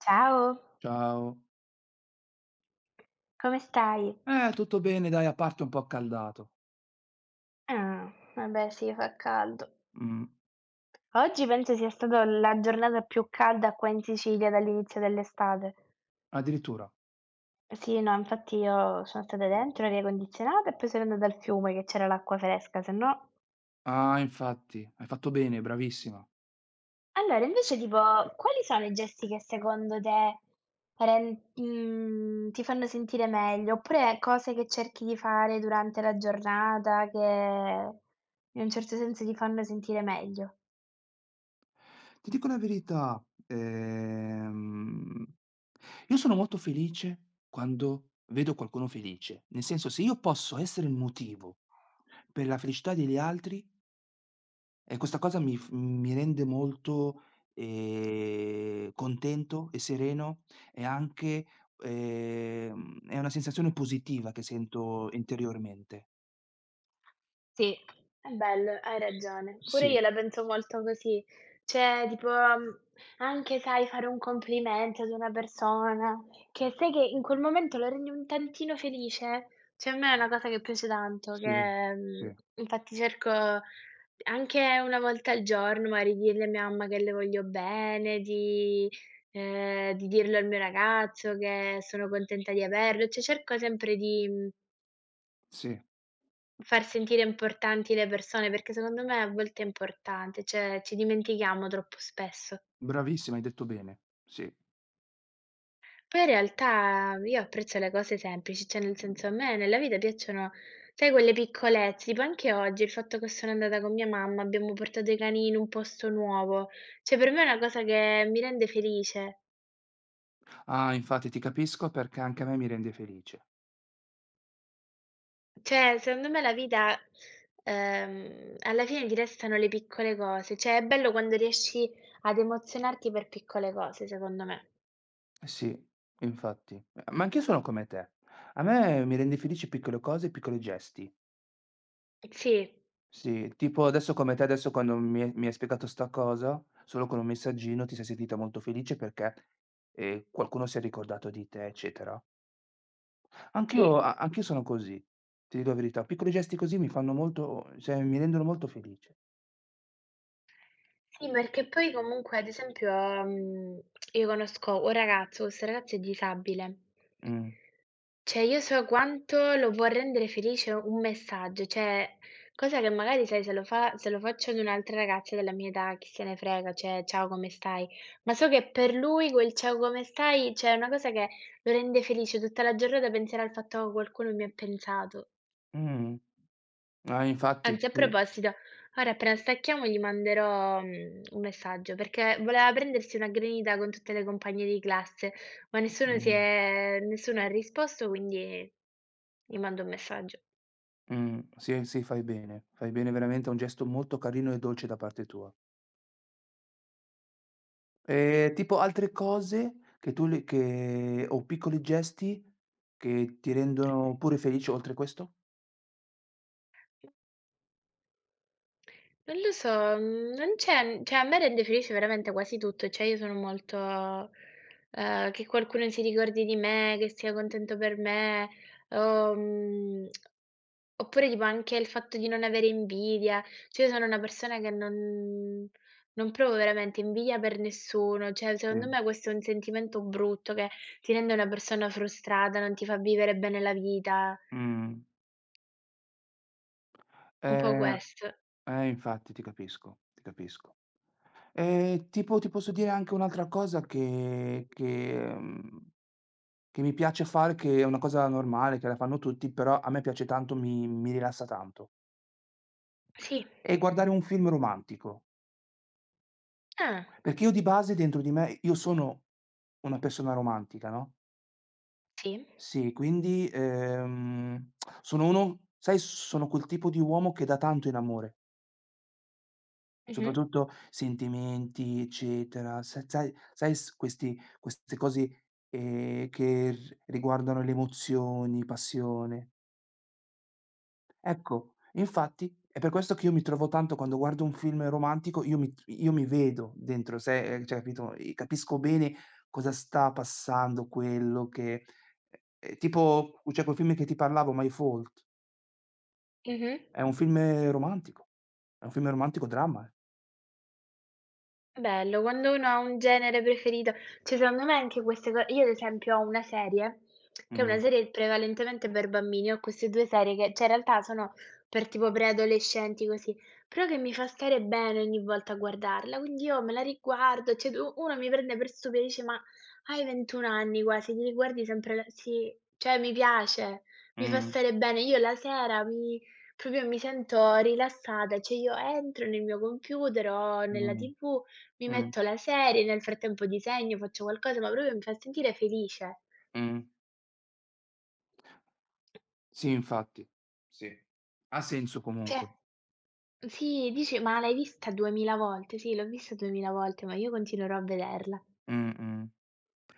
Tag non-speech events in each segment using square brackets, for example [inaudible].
Ciao, Ciao. come stai? Tutto bene dai, a parte un po' accaldato. Ah, vabbè sì, fa caldo. Mh, Oggi penso sia stata la giornata più calda qua in Sicilia dall'inizio dell'estate. addirittura. Sì, no, infatti io sono stata dentro, aria condizionata, e poi sono andata al fiume che c'era l'acqua fresca, se no. Ah, infatti, hai fatto bene, bravissima. Allora, invece, tipo, quali sono i gesti che secondo te ti fanno sentire meglio? Oppure cose che cerchi di fare durante la giornata che in un certo senso ti fanno sentire meglio? Ti dico la verità, ehm, io sono molto felice quando vedo qualcuno felice. Nel senso, se io posso essere il motivo per la felicità degli altri. E questa cosa mi rende molto, contento e sereno e anche, è una sensazione positiva che sento interiormente. Sì, è bello, hai ragione. Pure io Sì, la penso molto così. Cioè, tipo, anche sai fare un complimento ad una persona, che sai che in quel momento lo rendi un tantino felice, cioè a me è una cosa che piace tanto, sì, che, sì, infatti cerco anche una volta al giorno magari di dirle a mia mamma che le voglio bene, di dirlo al mio ragazzo che sono contenta di averlo, cioè cerco sempre di sì, far sentire importanti le persone, perché secondo me a volte è importante, cioè ci dimentichiamo troppo spesso. bravissima, hai detto bene, sì. Poi in realtà io apprezzo le cose semplici, cioè nel senso a me nella vita piacciono, sai, quelle piccolezze, tipo anche oggi il fatto che sono andata con mia mamma, abbiamo portato i cani in un posto nuovo, cioè per me è una cosa che mi rende felice. Ah, infatti ti capisco perché anche a me mi rende felice. Cioè secondo me la vita, alla fine ti restano le piccole cose, cioè è bello quando riesci ad emozionarti per piccole cose, secondo me. Sì, infatti. Ma anch'io sono come te. A me mi rende felice piccole cose e piccoli gesti. Sì. Sì, tipo adesso come te, adesso quando mi hai spiegato 'sta cosa, solo con un messaggino ti sei sentita molto felice perché, qualcuno si è ricordato di te, eccetera. Anch'io Sì. a anch'io sono così, ti dico la verità. Piccoli gesti così mi fanno molto, cioè mi rendono molto felice. Sì, perché poi comunque ad esempio, io conosco un ragazzo, questo ragazzo è disabile. Mh. Cioè io so quanto lo può rendere felice un messaggio, cioè cosa che magari sai se lo faccio ad un'altra ragazza della mia età chi se ne frega, cioè: "Ciao come stai?" Ma so che per lui quel "Ciao come stai" cioè è una cosa che lo rende felice, tutta la giornata penserà al fatto: "Oh, qualcuno mi ha pensato." Mh. Ah, infatti, Anzi, a sì. proposito, ora appena stacchiamo gli manderò, un messaggio, perché voleva prendersi una granita con tutte le compagne di classe, ma nessuno si Mh. è nessuno ha risposto, quindi gli mando un messaggio. Mh. Sì, sì, fai bene. Fai bene veramente, è un gesto molto carino e dolce da parte tua. Sì. Tipo altre cose che tu le che o piccoli gesti che ti rendono pure felice oltre questo? Non lo so, non c'è cioè a me rende felice veramente quasi tutto, cioè io sono molto che qualcuno si ricordi di me, che sia contento per me, o mhmm, oppure tipo anche il fatto di non avere invidia. Cioè io sono una persona che non provo veramente invidia per nessuno, cioè Sì, secondo me questo è un sentimento brutto che ti rende una persona frustrata, non ti fa vivere bene la vita, mh. un po' Ehm, questo. Infatti ti capisco, ti capisco. Tipo ti posso dire anche un'altra cosa che mi piace fare, che è una cosa normale, che la fanno tutti, però a me piace tanto, mi rilassa tanto, Sì. è guardare un film romantico. Ah, Perché io di base dentro di me io sono una persona romantica, no? sì. Sì, quindi, sono uno sai, sono quel tipo di uomo che dà tanto in amore, Mh-mh. soprattutto sentimenti, eccetera. Se sai sai s questi queste cose, che r riguardano le emozioni, passione. Ecco, infatti è per questo che io mi trovo tanto quando guardo un film romantico, io mi vedo dentro, sai, cioè capito, capisco bene cosa sta passando quello che tipo, c'è quel film che ti parlavo, My Fault. Mh-mh. È un film romantico. È un film romantico dramma, eh. Bello, quando uno ha un genere preferito cioè secondo me anche queste co io ad esempio ho una serie, che è una Mh, serie prevalentemente per bambini, ho queste 2 serie che cioè in realtà sono per tipo preadolescenti così, però che mi fa stare bene ogni volta a guardarla, quindi io me la riguardo, cioè u uno mi prende per stupida e dice: "Ma hai 21 anni quasi, ti riguardi sempre la" sì, cioè mi piace, mi fa mh, stare bene. Io la sera mi proprio mi sento rilassata, cioè io entro nel mio computer o nella mh, TV mi mh, metto la serie, nel frattempo disegno, faccio qualcosa, ma proprio mi fa sentire felice. mh. Sì, infatti. Sì. Ha senso Cioè comunque. sì, dici: "Ma l'hai vista 2000 volte?" Sì, l'ho vista 2000 volte, ma io continuerò a vederla. Mh, mh.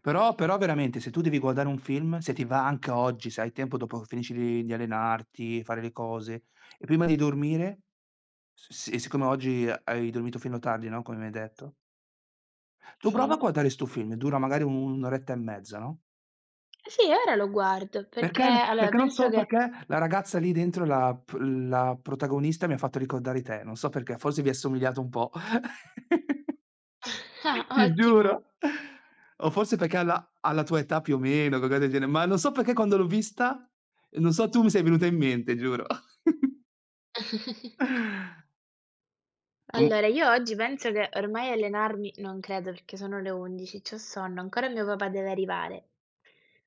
Però veramente se tu devi guardare un film, se ti va anche oggi, se hai tempo dopo che finisci di allenarti, fare le cose e prima di dormire, s s e siccome oggi hai dormito fino a tardi, no, come mi hai detto, tu prova a Sì. guardare 'sto film, dura magari un'oretta e mezza, no? Sì, ora lo guardo perché Perché allora perché non penso so che perché la ragazza lì dentro, la protagonista, mi ha fatto ricordare te, non so perché, forse vi assomigliate un po'. [laughs] [laughs] ah, Ti ottimo. giuro. O forse perché alla tua età più o meno, qualcosa del genere, ma non so perché quando l'ho vista, non so, tu mi sei venuta in mente, giuro. [laughs] Comu Allora, io oggi penso che ormai allenarmi non credo perché sono le 11, c'ho sonno, ancora mio papà deve arrivare.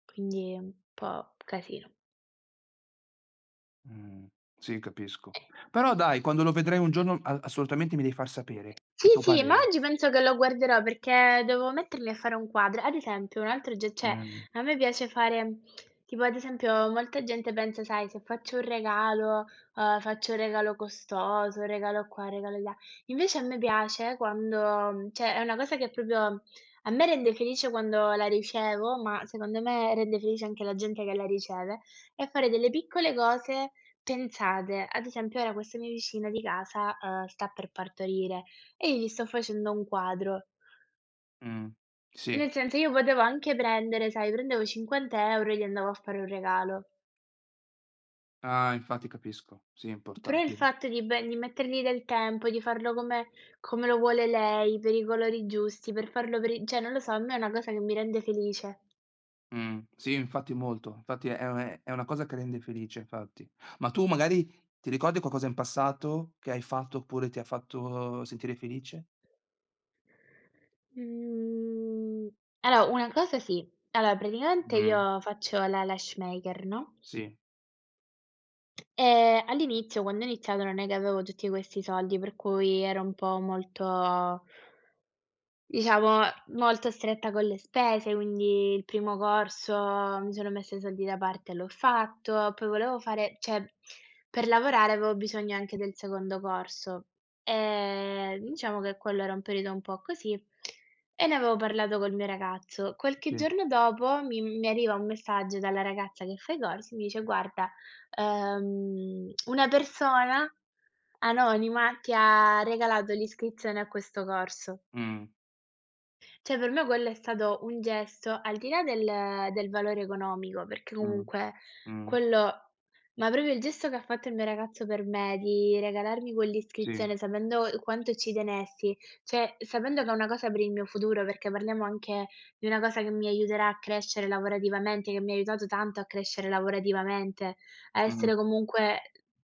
Quindi un po' casino. mh, sì, capisco. Però dai, quando lo vedrai un giorno a assolutamente mi devi far sapere Sì, il tuo sì, ma parere. oggi penso che lo guarderò perché devo mettermi a fare un quadro. Ad esempio, un altro ge cioè, Mh, a me piace fare tipo ad esempio molta gente pensa, sai, se faccio un regalo, faccio un regalo costoso, un regalo qua, un regalo là. Invece a me piace quando cioè è una cosa che proprio a me rende felice quando la ricevo, ma secondo me rende felice anche la gente che la riceve, è fare delle piccole cose pensate. Ad esempio ora questa mia vicina di casa, sta per partorire e io gli sto facendo un quadro. mh, sì. Nel senso io potevo anche prendere, sai, prendevo 50 € e gli andavo a fare un regalo. Ah, infatti capisco. Sì, è Però il importante. fatto di mettergli del tempo, di farlo come lo vuole lei, per i colori giusti, per farlo per i cioè non lo so, a me è una cosa che mi rende felice. Sì, infatti molto. Infatti è una cosa che rende felice, infatti. Ma tu magari ti ricordi qualcosa in passato che hai fatto, oppure ti ha fatto sentire felice? Mhmm, allora una cosa sì, allora praticamente Mh, io faccio la lash maker, no, sì, all'inizio quando ho iniziato non è che avevo tutti questi soldi, per cui ero un po' molto Diciamo molto stretta con le spese, quindi il primo corso mi sono messa i soldi da parte e l'ho fatto, poi volevo fare cioè per lavorare avevo bisogno anche del secondo corso, diciamo che quello era un periodo un po' così e ne avevo parlato col mio ragazzo. Qualche sì. giorno dopo mi arriva un messaggio dalla ragazza che fa i corsi, mi dice: "Guarda, una persona anonima ti ha regalato l'iscrizione a questo corso". Mh, Cioè per me quello è stato un gesto, al di là del valore economico, perché mh, comunque mh, quello ma proprio il gesto che ha fatto il mio ragazzo per me, di regalarmi sì, quell'iscrizione sapendo quanto ci tenessi, cioè sapendo che è una cosa per il mio futuro, perché parliamo anche di una cosa che mi aiuterà a crescere lavorativamente, che mi ha aiutato tanto a crescere lavorativamente, a mh, essere comunque,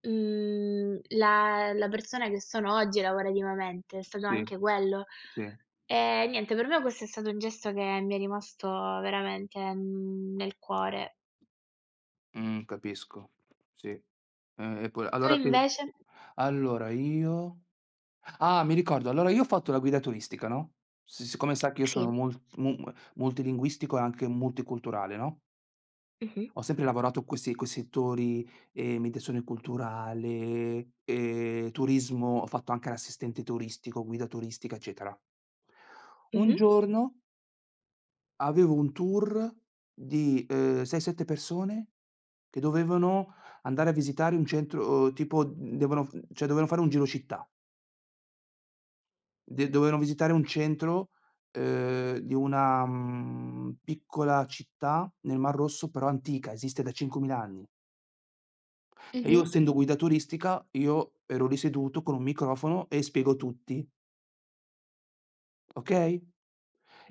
la persona che sono oggi lavorativamente, è stato sì, anche quello. sì. Niente, per me questo è stato un gesto che mi è rimasto veramente, nel cuore. Capisco, sì. E poi Tu allora sì, invece? allora io, mi ricordo, allora io ho fatto la guida turistica, no, s siccome sai che io sono Sì. mol mu multilinguistico e anche multiculturale, no? Mh-mh. Ho sempre lavorato questi coi settori, mediazione culturale, turismo, ho fatto anche l'assistente turistico, guida turistica, eccetera. Un Mh-mh. giorno avevo un tour di, 6, 7 persone che dovevano andare a visitare un centro, tipo devono f cioè dovevano fare un giro città. De Dovevano visitare un centro, di una, piccola città nel Mar Rosso, però antica, esiste da 5.000 anni. E io Mh-mh. essendo guida turistica, io ero lì seduto con un microfono e spiego tutti, okay,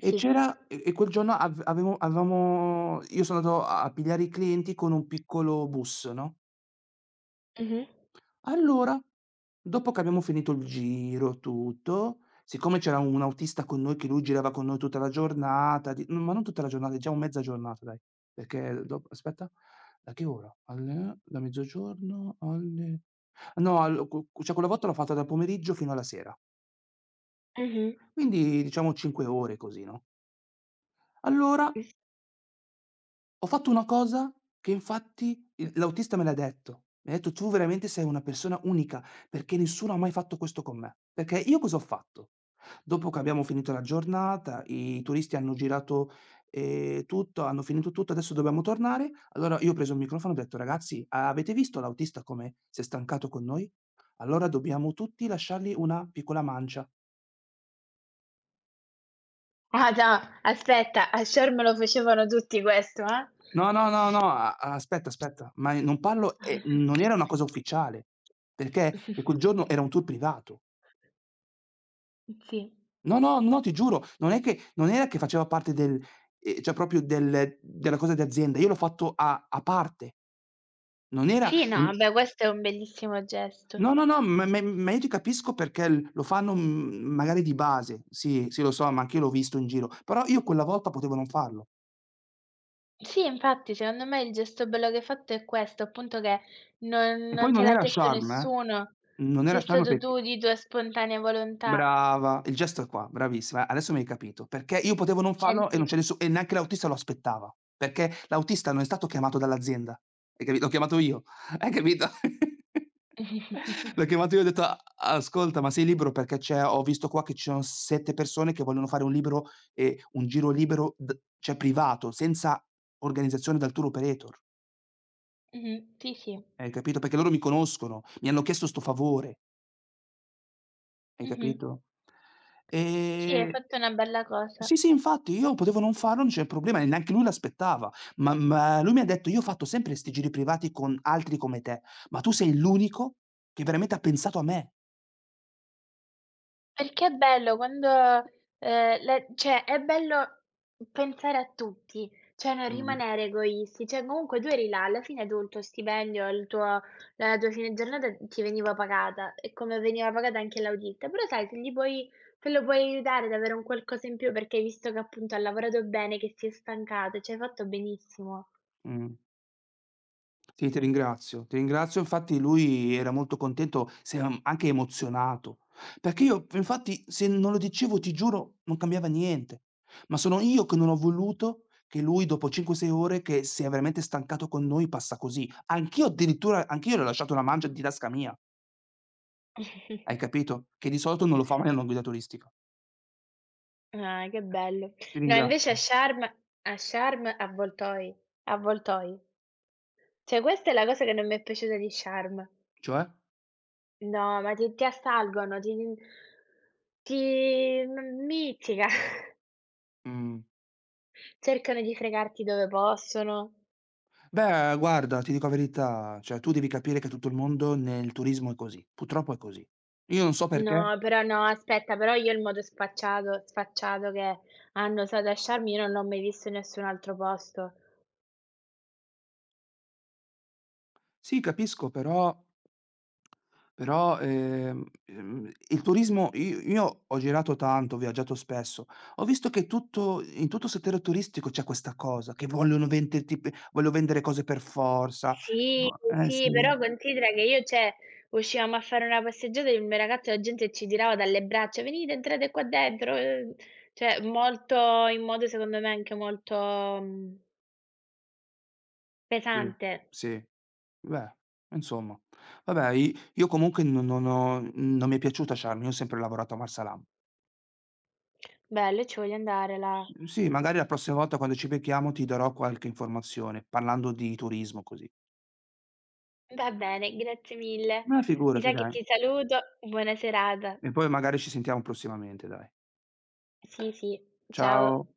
e c'era e quel giorno av avevo avevamo, io sono andato a pigliare i clienti con un piccolo bus, no, Mh-mh. allora, dopo che abbiamo finito il giro, tutto, siccome c'era un autista con noi che lui girava con noi tutta la giornata, di ma non tutta la giornata, diciamo mezza giornata dai, perché dop aspetta, da che ora? Alle Da mezzogiorno alle, no, allo cu cu cioè quella volta l'ho fatta dal pomeriggio fino alla sera, Mh-mh. [laughs] quindi diciamo 5 ore così, no. Allora ho S fatto una cosa che infatti il l'autista me l'ha detto. Mi ha detto: "Tu veramente sei una persona unica, perché nessuno ha mai fatto questo con me." Perché io cosa ho fatto? Dopo che abbiamo finito la giornata, i turisti hanno girato, tutto, hanno finito tutto, adesso dobbiamo tornare, allora io ho preso il microfono e ho detto: "Ragazzi, avete visto l'autista come si è stancato con noi? Allora dobbiamo tutti lasciargli una piccola mancia." ah già, aspetta, a Sciorm lo facevano tutti questo, eh. No, no, no, no, a aspetta, aspetta, ma non parlo, e non era una cosa ufficiale, perché e quel [laughs] giorno era un tour privato. Sì. No, no, no, ti giuro, non è che non era che faceva parte del, cioè proprio della cosa di azienda, io l'ho fatto a parte. Non era Sì, no, un vabbè questo è un bellissimo gesto. No, no, no, ma io ti capisco perché l lo fanno, magari di base. Sì, sì lo so, ma anch'io l'ho visto in giro, però io quella volta potevo non farlo. Sì, infatti secondo me il gesto bello che hai fatto è questo, appunto che non E non poi te non l'ha era detto Sharm, eh. nessuno, Non sei era Sharm stato perché. tu di tua spontanea volontà. Brava, il gesto è qua, bravissima. Adesso mi hai capito, perché io potevo non farlo e non Senti c'è nessu e neanche l'autista lo aspettava, perché l'autista non è stato chiamato dall'azienda, hai capi l'ho chiamato io, [laughs] hai capito? [laughs] L'ho chiamato io e ho detto: "A Ascolta, ma sei libero? Perché c'è ho visto qua che ci sono 7 persone che vogliono fare un giro libero d cioè privato, senza organizzazione dal tour operator." mh-mh, sì, sì. Hai capito? Perché loro mi conoscono, mi hanno chiesto 'sto favore, hai Mh-mh. capito? Sì, hai Ehm fatto una bella cosa. Sì, sì, infatti, io potevo non farlo, non c'è problema, e neanche lui l'aspettava. Ma lui mi ha detto: "Io ho fatto sempre 'sti giri privati con altri come te, ma tu sei l'unico che veramente ha pensato a me." Perché è bello quando le cioè è bello pensare a tutti, cioè non Mh. rimanere egoisti, cioè comunque tu eri là, alla fine tu il tuo stipendio, il tuo la tua fine giornata ti veniva pagata e come veniva pagata anche l'audita, però sai se lo puoi aiutare ad avere un qualcosa in più perché hai visto che appunto ha lavorato bene, che si è stancato, cioè hai fatto benissimo. Mh. Sì, ti ringrazio, ti ringrazio. Infatti lui era molto contento, se am anche emozionato, perché io p infatti se non lo dicevo, ti giuro, non cambiava niente. Ma sono io che non ho voluto che lui dopo 5, 6 ore che si è veramente stancato con noi, passa così. Anch'io le ho lasciato una mancia di tasca mia. Hai [laughs] capito? Che di solito non lo fa mai una guida turistica. Ah, che bello. Ti No, invece ringrazio. A Sharm, avvoltoi, avvoltoi. Cioè questa è la cosa che non mi è piaciuta di Charm. Cioè? No, ma ti assalgono, ti ti m mizzica, [laughs] Mh. cercano di fregarti dove possono. Beh, guarda, ti dico la verità, cioè tu devi capire che tutto il mondo nel turismo è così, purtroppo è così. Io non so perché. No, però no, aspetta, però io il modo spacciato sfacciato che hanno usato a Charm, io non l'ho mai visto in nessun altro posto. Sì, capisco, però, il turismo i io ho girato tanto, ho viaggiato spesso, ho visto che tutto in tutto il settore turistico c'è questa cosa, che vogliono venderti pe voglio vendere cose per forza. Sì, Vo eh sì, Sì, però considera che io cioè, uscivamo a fare una passeggiata e il mio ragazzo e la gente ci tirava dalle braccia: "Venite, entrate qua dentro", cioè molto in modo secondo me anche molto, sì, pesante. sì. Beh, insomma. Vabbè, i io comunque non mi è piaciuta Sharm, io ho sempre lavorato a Marsalam. Bello, io ci voglio andare là. S Sì, magari la prossima volta quando ci becchiamo ti darò qualche informazione, parlando di turismo così. Va bene, grazie mille. Ma Mi figurati sa che dai. ti saluto. Buona serata. E poi magari ci sentiamo prossimamente dai. Sì, sì. Ciao. Ciao.